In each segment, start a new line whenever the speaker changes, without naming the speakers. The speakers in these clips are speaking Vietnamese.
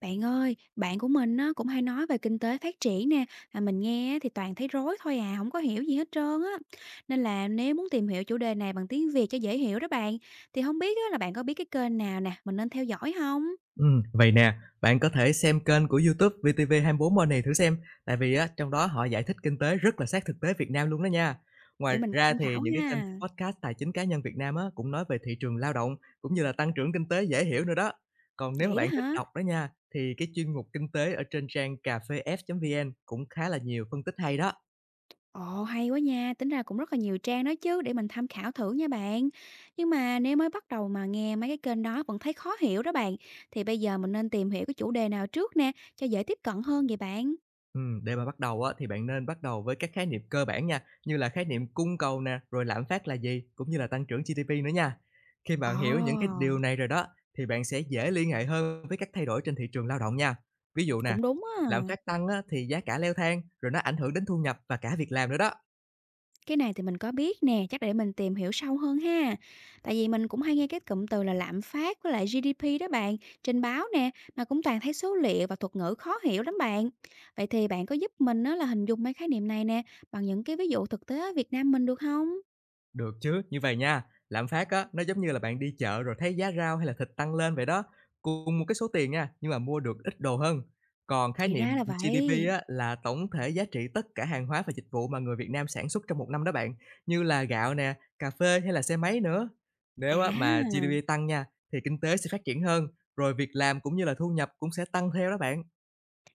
Bạn ơi, bạn của mình á, cũng hay nói về kinh tế phát triển nè, mà mình nghe á thì toàn thấy rối thôi à, không có hiểu gì hết trơn á. Nên là nếu muốn tìm hiểu chủ đề này bằng tiếng Việt cho dễ hiểu đó bạn, thì không biết á, là bạn có biết cái kênh nào nè, mình nên theo dõi không?
Vậy nè, bạn có thể xem kênh của YouTube VTV24 bên này thử xem, tại vì á trong đó họ giải thích kinh tế rất là sát thực tế Việt Nam luôn đó nha. Ngoài
Để mình
ra
tham
thì
khảo
những cái kênh
ha.
podcast tài chính cá nhân Việt Nam á cũng nói về thị trường lao động cũng như là tăng trưởng kinh tế dễ hiểu nữa đó. Còn nếu mà
Vậy đó
bạn thích
hả?
đọc đó nha, thì cái chuyên mục kinh tế ở trên trang cà phê cafef.vn cũng khá là nhiều phân tích hay đó.
Ồ hay quá nha, tính ra cũng rất là nhiều trang đó chứ, để mình tham khảo thử nha bạn. Nhưng mà nếu mới bắt đầu mà nghe mấy cái kênh đó vẫn thấy khó hiểu đó bạn, thì bây giờ mình nên tìm hiểu cái chủ đề nào trước nè, cho dễ tiếp cận hơn vậy bạn.
Để mà bắt đầu á, thì bạn nên bắt đầu với các khái niệm cơ bản nha, như là khái niệm cung cầu nè, rồi lạm phát là gì, cũng như là tăng trưởng GDP nữa nha. Khi
Ồ.
bạn hiểu những cái điều này rồi đó, thì bạn sẽ dễ liên hệ hơn với các thay đổi trên thị trường lao động nha. Ví dụ nè,
Cũng đúng á.
lạm phát tăng á, thì giá cả leo thang, rồi nó ảnh hưởng đến thu nhập và cả việc làm nữa đó.
Cái này thì mình có biết nè, chắc để mình tìm hiểu sâu hơn ha. Tại vì mình cũng hay nghe cái cụm từ là lạm phát với lại GDP đó bạn, trên báo nè, mà cũng toàn thấy số liệu và thuật ngữ khó hiểu lắm bạn. Vậy thì bạn có giúp mình á là hình dung mấy khái niệm này nè, bằng những cái ví dụ thực tế ở Việt Nam mình được không?
Được chứ, như vậy nha, lạm phát á, nó giống như là bạn đi chợ rồi thấy giá rau hay là thịt tăng lên vậy đó, cùng một cái số tiền nha, nhưng mà mua được ít đồ hơn. Còn khái
Thì ra
niệm
là
GDP
vậy.
á, là tổng thể giá trị tất cả hàng hóa và dịch vụ mà người Việt Nam sản xuất trong một năm đó bạn, như là gạo nè, cà phê hay là xe máy nữa.
À
Nếu á, mà
ha.
GDP tăng nha, thì kinh tế sẽ phát triển hơn, rồi việc làm cũng như là thu nhập cũng sẽ tăng theo đó bạn.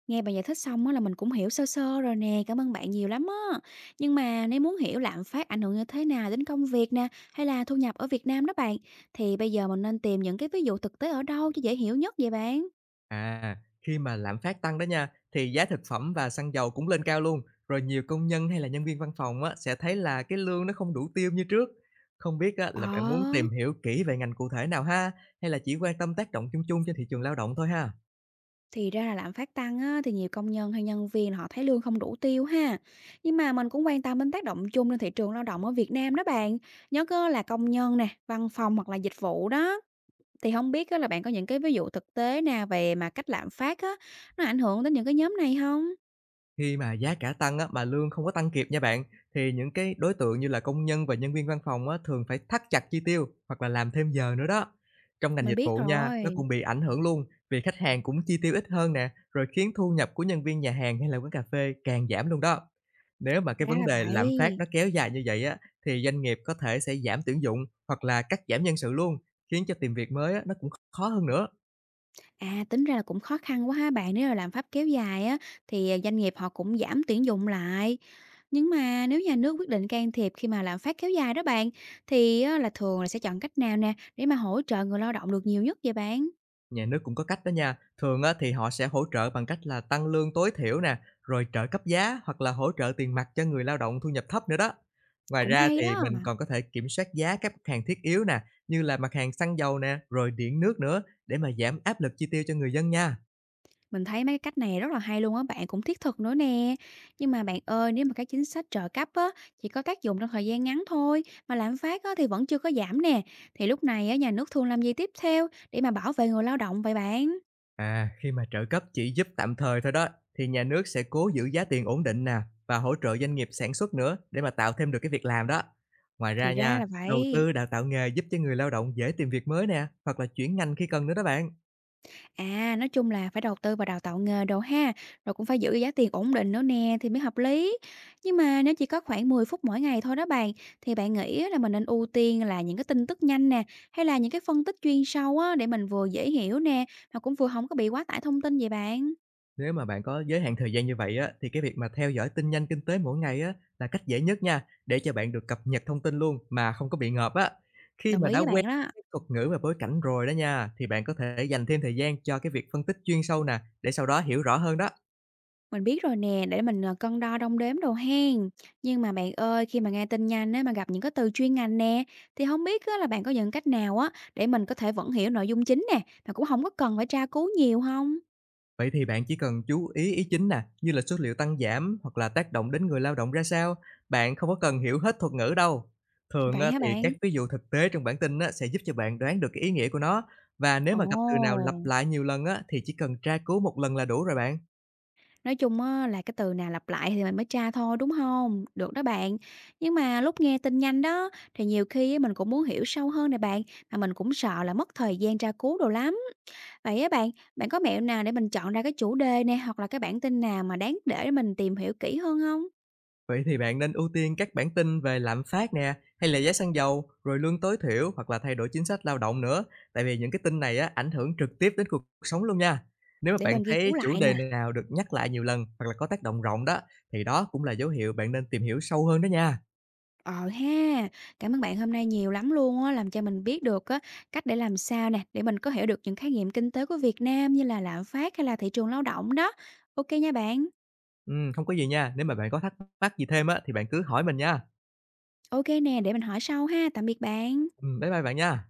Nghe bạn giải thích xong á là mình cũng hiểu sơ sơ rồi nè, cảm ơn bạn nhiều lắm á. Nhưng mà nếu muốn hiểu lạm phát ảnh hưởng như thế nào đến công việc nè, hay là thu nhập ở Việt Nam đó bạn, thì bây giờ mình nên tìm những cái ví dụ thực tế ở đâu cho dễ hiểu nhất vậy bạn?
À, khi mà lạm phát tăng đó nha, thì giá thực phẩm và xăng dầu cũng lên cao luôn, rồi nhiều công nhân hay là nhân viên văn phòng á, sẽ thấy là cái lương nó không đủ tiêu như trước. Không biết á,
Ờ.
là bạn muốn tìm hiểu kỹ về ngành cụ thể nào ha, hay là chỉ quan tâm tác động chung chung trên thị trường lao động thôi ha?
Thì ra là lạm phát tăng á, thì nhiều công nhân hay nhân viên họ thấy lương không đủ tiêu ha. Nhưng mà mình cũng quan tâm đến tác động chung lên thị trường lao động ở Việt Nam đó bạn. Nhớ cơ là công nhân nè, văn phòng hoặc là dịch vụ đó. Thì không biết á là bạn có những cái ví dụ thực tế nào về mà cách lạm phát á, nó ảnh hưởng đến những cái nhóm này không?
Khi mà giá cả tăng á, mà lương không có tăng kịp nha bạn, thì những cái đối tượng như là công nhân và nhân viên văn phòng á, thường phải thắt chặt chi tiêu hoặc là làm thêm giờ nữa đó. Trong ngành
Mình
dịch
biết
vụ nha, nó
rồi,
cũng bị ảnh hưởng luôn, vì khách hàng cũng chi tiêu ít hơn nè, rồi khiến thu nhập của nhân viên nhà hàng hay là quán cà phê càng giảm luôn đó. Nếu mà cái
ra
vấn
là
đề lạm phát
vậy.
nó kéo dài như vậy á, thì doanh nghiệp có thể sẽ giảm tuyển dụng hoặc là cắt giảm nhân sự luôn, khiến cho tìm việc mới á, nó cũng khó hơn nữa.
À, tính ra là cũng khó khăn quá ha bạn, nếu là lạm phát kéo dài á, thì, à, doanh nghiệp họ cũng giảm tuyển dụng lại. Nhưng mà nếu nhà nước quyết định can thiệp khi mà lạm phát kéo dài đó bạn, thì á là thường là sẽ chọn cách nào nè, để mà hỗ trợ người lao động được nhiều nhất vậy bạn?
Nhà nước cũng có cách đó nha, thường á thì họ sẽ hỗ trợ bằng cách là tăng lương tối thiểu nè, rồi trợ cấp giá hoặc là hỗ trợ tiền mặt cho người lao động thu nhập thấp nữa đó. Ngoài
Cũng
ra
hay
thì
đó.
mình còn có thể kiểm soát giá các mặt hàng thiết yếu nè, như là mặt hàng xăng dầu nè, rồi điện nước nữa để mà giảm áp lực chi tiêu cho người dân nha.
Mình thấy mấy cái cách này rất là hay luôn á bạn, cũng thiết thực nữa nè. Nhưng mà bạn ơi, nếu mà các chính sách trợ cấp á, chỉ có tác dụng trong thời gian ngắn thôi, mà lạm phát á, thì vẫn chưa có giảm nè, thì lúc này á, nhà nước thường làm gì tiếp theo để mà bảo vệ người lao động vậy bạn?
À, khi mà trợ cấp chỉ giúp tạm thời thôi đó, thì nhà nước sẽ cố giữ giá tiền ổn định nè và hỗ trợ doanh nghiệp sản xuất nữa để mà tạo thêm được cái việc làm đó. Ngoài ra
Thì ra
nha,
là
đầu
vậy.
tư đào tạo nghề giúp cho người lao động dễ tìm việc mới nè, hoặc là chuyển ngành khi cần nữa đó bạn.
À, nói chung là phải đầu tư vào đào tạo nghề đồ ha, rồi cũng phải giữ giá tiền ổn định nữa nè thì mới hợp lý. Nhưng mà nếu chỉ có khoảng 10 phút mỗi ngày thôi đó bạn, thì bạn nghĩ á là mình nên ưu tiên là những cái tin tức nhanh nè, hay là những cái phân tích chuyên sâu á để mình vừa dễ hiểu nè, mà cũng vừa không có bị quá tải thông tin vậy bạn?
Nếu mà bạn có giới hạn thời gian như vậy á, thì cái việc mà theo dõi tin nhanh kinh tế mỗi ngày á, là cách dễ nhất nha, để cho bạn được cập nhật thông tin luôn mà không có bị ngợp á. Khi
Đồng
mà
ý
đã
với
quen
bạn đó.
với thuật ngữ và bối cảnh rồi đó nha, thì bạn có thể dành thêm thời gian cho cái việc phân tích chuyên sâu nè, để sau đó hiểu rõ hơn đó.
Mình biết rồi nè, để mình, cân đo đong đếm đồ hen. Nhưng mà bạn ơi, khi mà nghe tin nhanh á, mà gặp những cái từ chuyên ngành nè, thì không biết á là bạn có những cách nào á, để mình có thể vẫn hiểu nội dung chính nè, mà cũng không có cần phải tra cứu nhiều không?
Vậy thì bạn chỉ cần chú ý ý chính nè, như là số liệu tăng giảm hoặc là tác động đến người lao động ra sao, bạn không có cần hiểu hết thuật ngữ đâu. Thường
Vậy
á,
hả
thì các
bạn?
ví dụ thực tế trong bản tin á, sẽ giúp cho bạn đoán được cái ý nghĩa của nó và nếu
Ồ,
mà gặp từ nào lặp lại nhiều lần á, thì chỉ cần tra cứu một lần là đủ rồi bạn.
nói chung á là cái từ nào lặp lại thì mình mới tra thôi, đúng không? Được đó bạn. Nhưng mà lúc nghe tin nhanh đó, thì nhiều khi á mình cũng muốn hiểu sâu hơn nè bạn, mà mình cũng sợ là mất thời gian tra cứu đồ lắm. Vậy á bạn, bạn có mẹo nào để mình chọn ra cái chủ đề nè, hoặc là cái bản tin nào mà đáng để mình tìm hiểu kỹ hơn không?
Vậy thì bạn nên ưu tiên các bản tin về lạm phát nè, hay là giá xăng dầu, rồi lương tối thiểu hoặc là thay đổi chính sách lao động nữa, tại vì những cái tin này á ảnh hưởng trực tiếp đến cuộc sống luôn nha. Nếu mà
Để
bạn
mình ghi chú
thấy chủ
lại nè.
đề nào được nhắc lại nhiều lần hoặc là có tác động rộng đó, thì đó cũng là dấu hiệu bạn nên tìm hiểu sâu hơn đó nha.
Ờ ha, cảm ơn bạn hôm nay nhiều lắm luôn á, làm cho mình biết được á, cách để làm sao nè, để mình có hiểu được những khái niệm kinh tế của Việt Nam như là lạm phát hay là thị trường lao động đó. OK nha bạn.
Không có gì nha, nếu mà bạn có thắc mắc gì thêm á thì bạn cứ hỏi mình nha.
OK nè, để mình hỏi sau ha, tạm biệt bạn.
Bye bye bạn nha.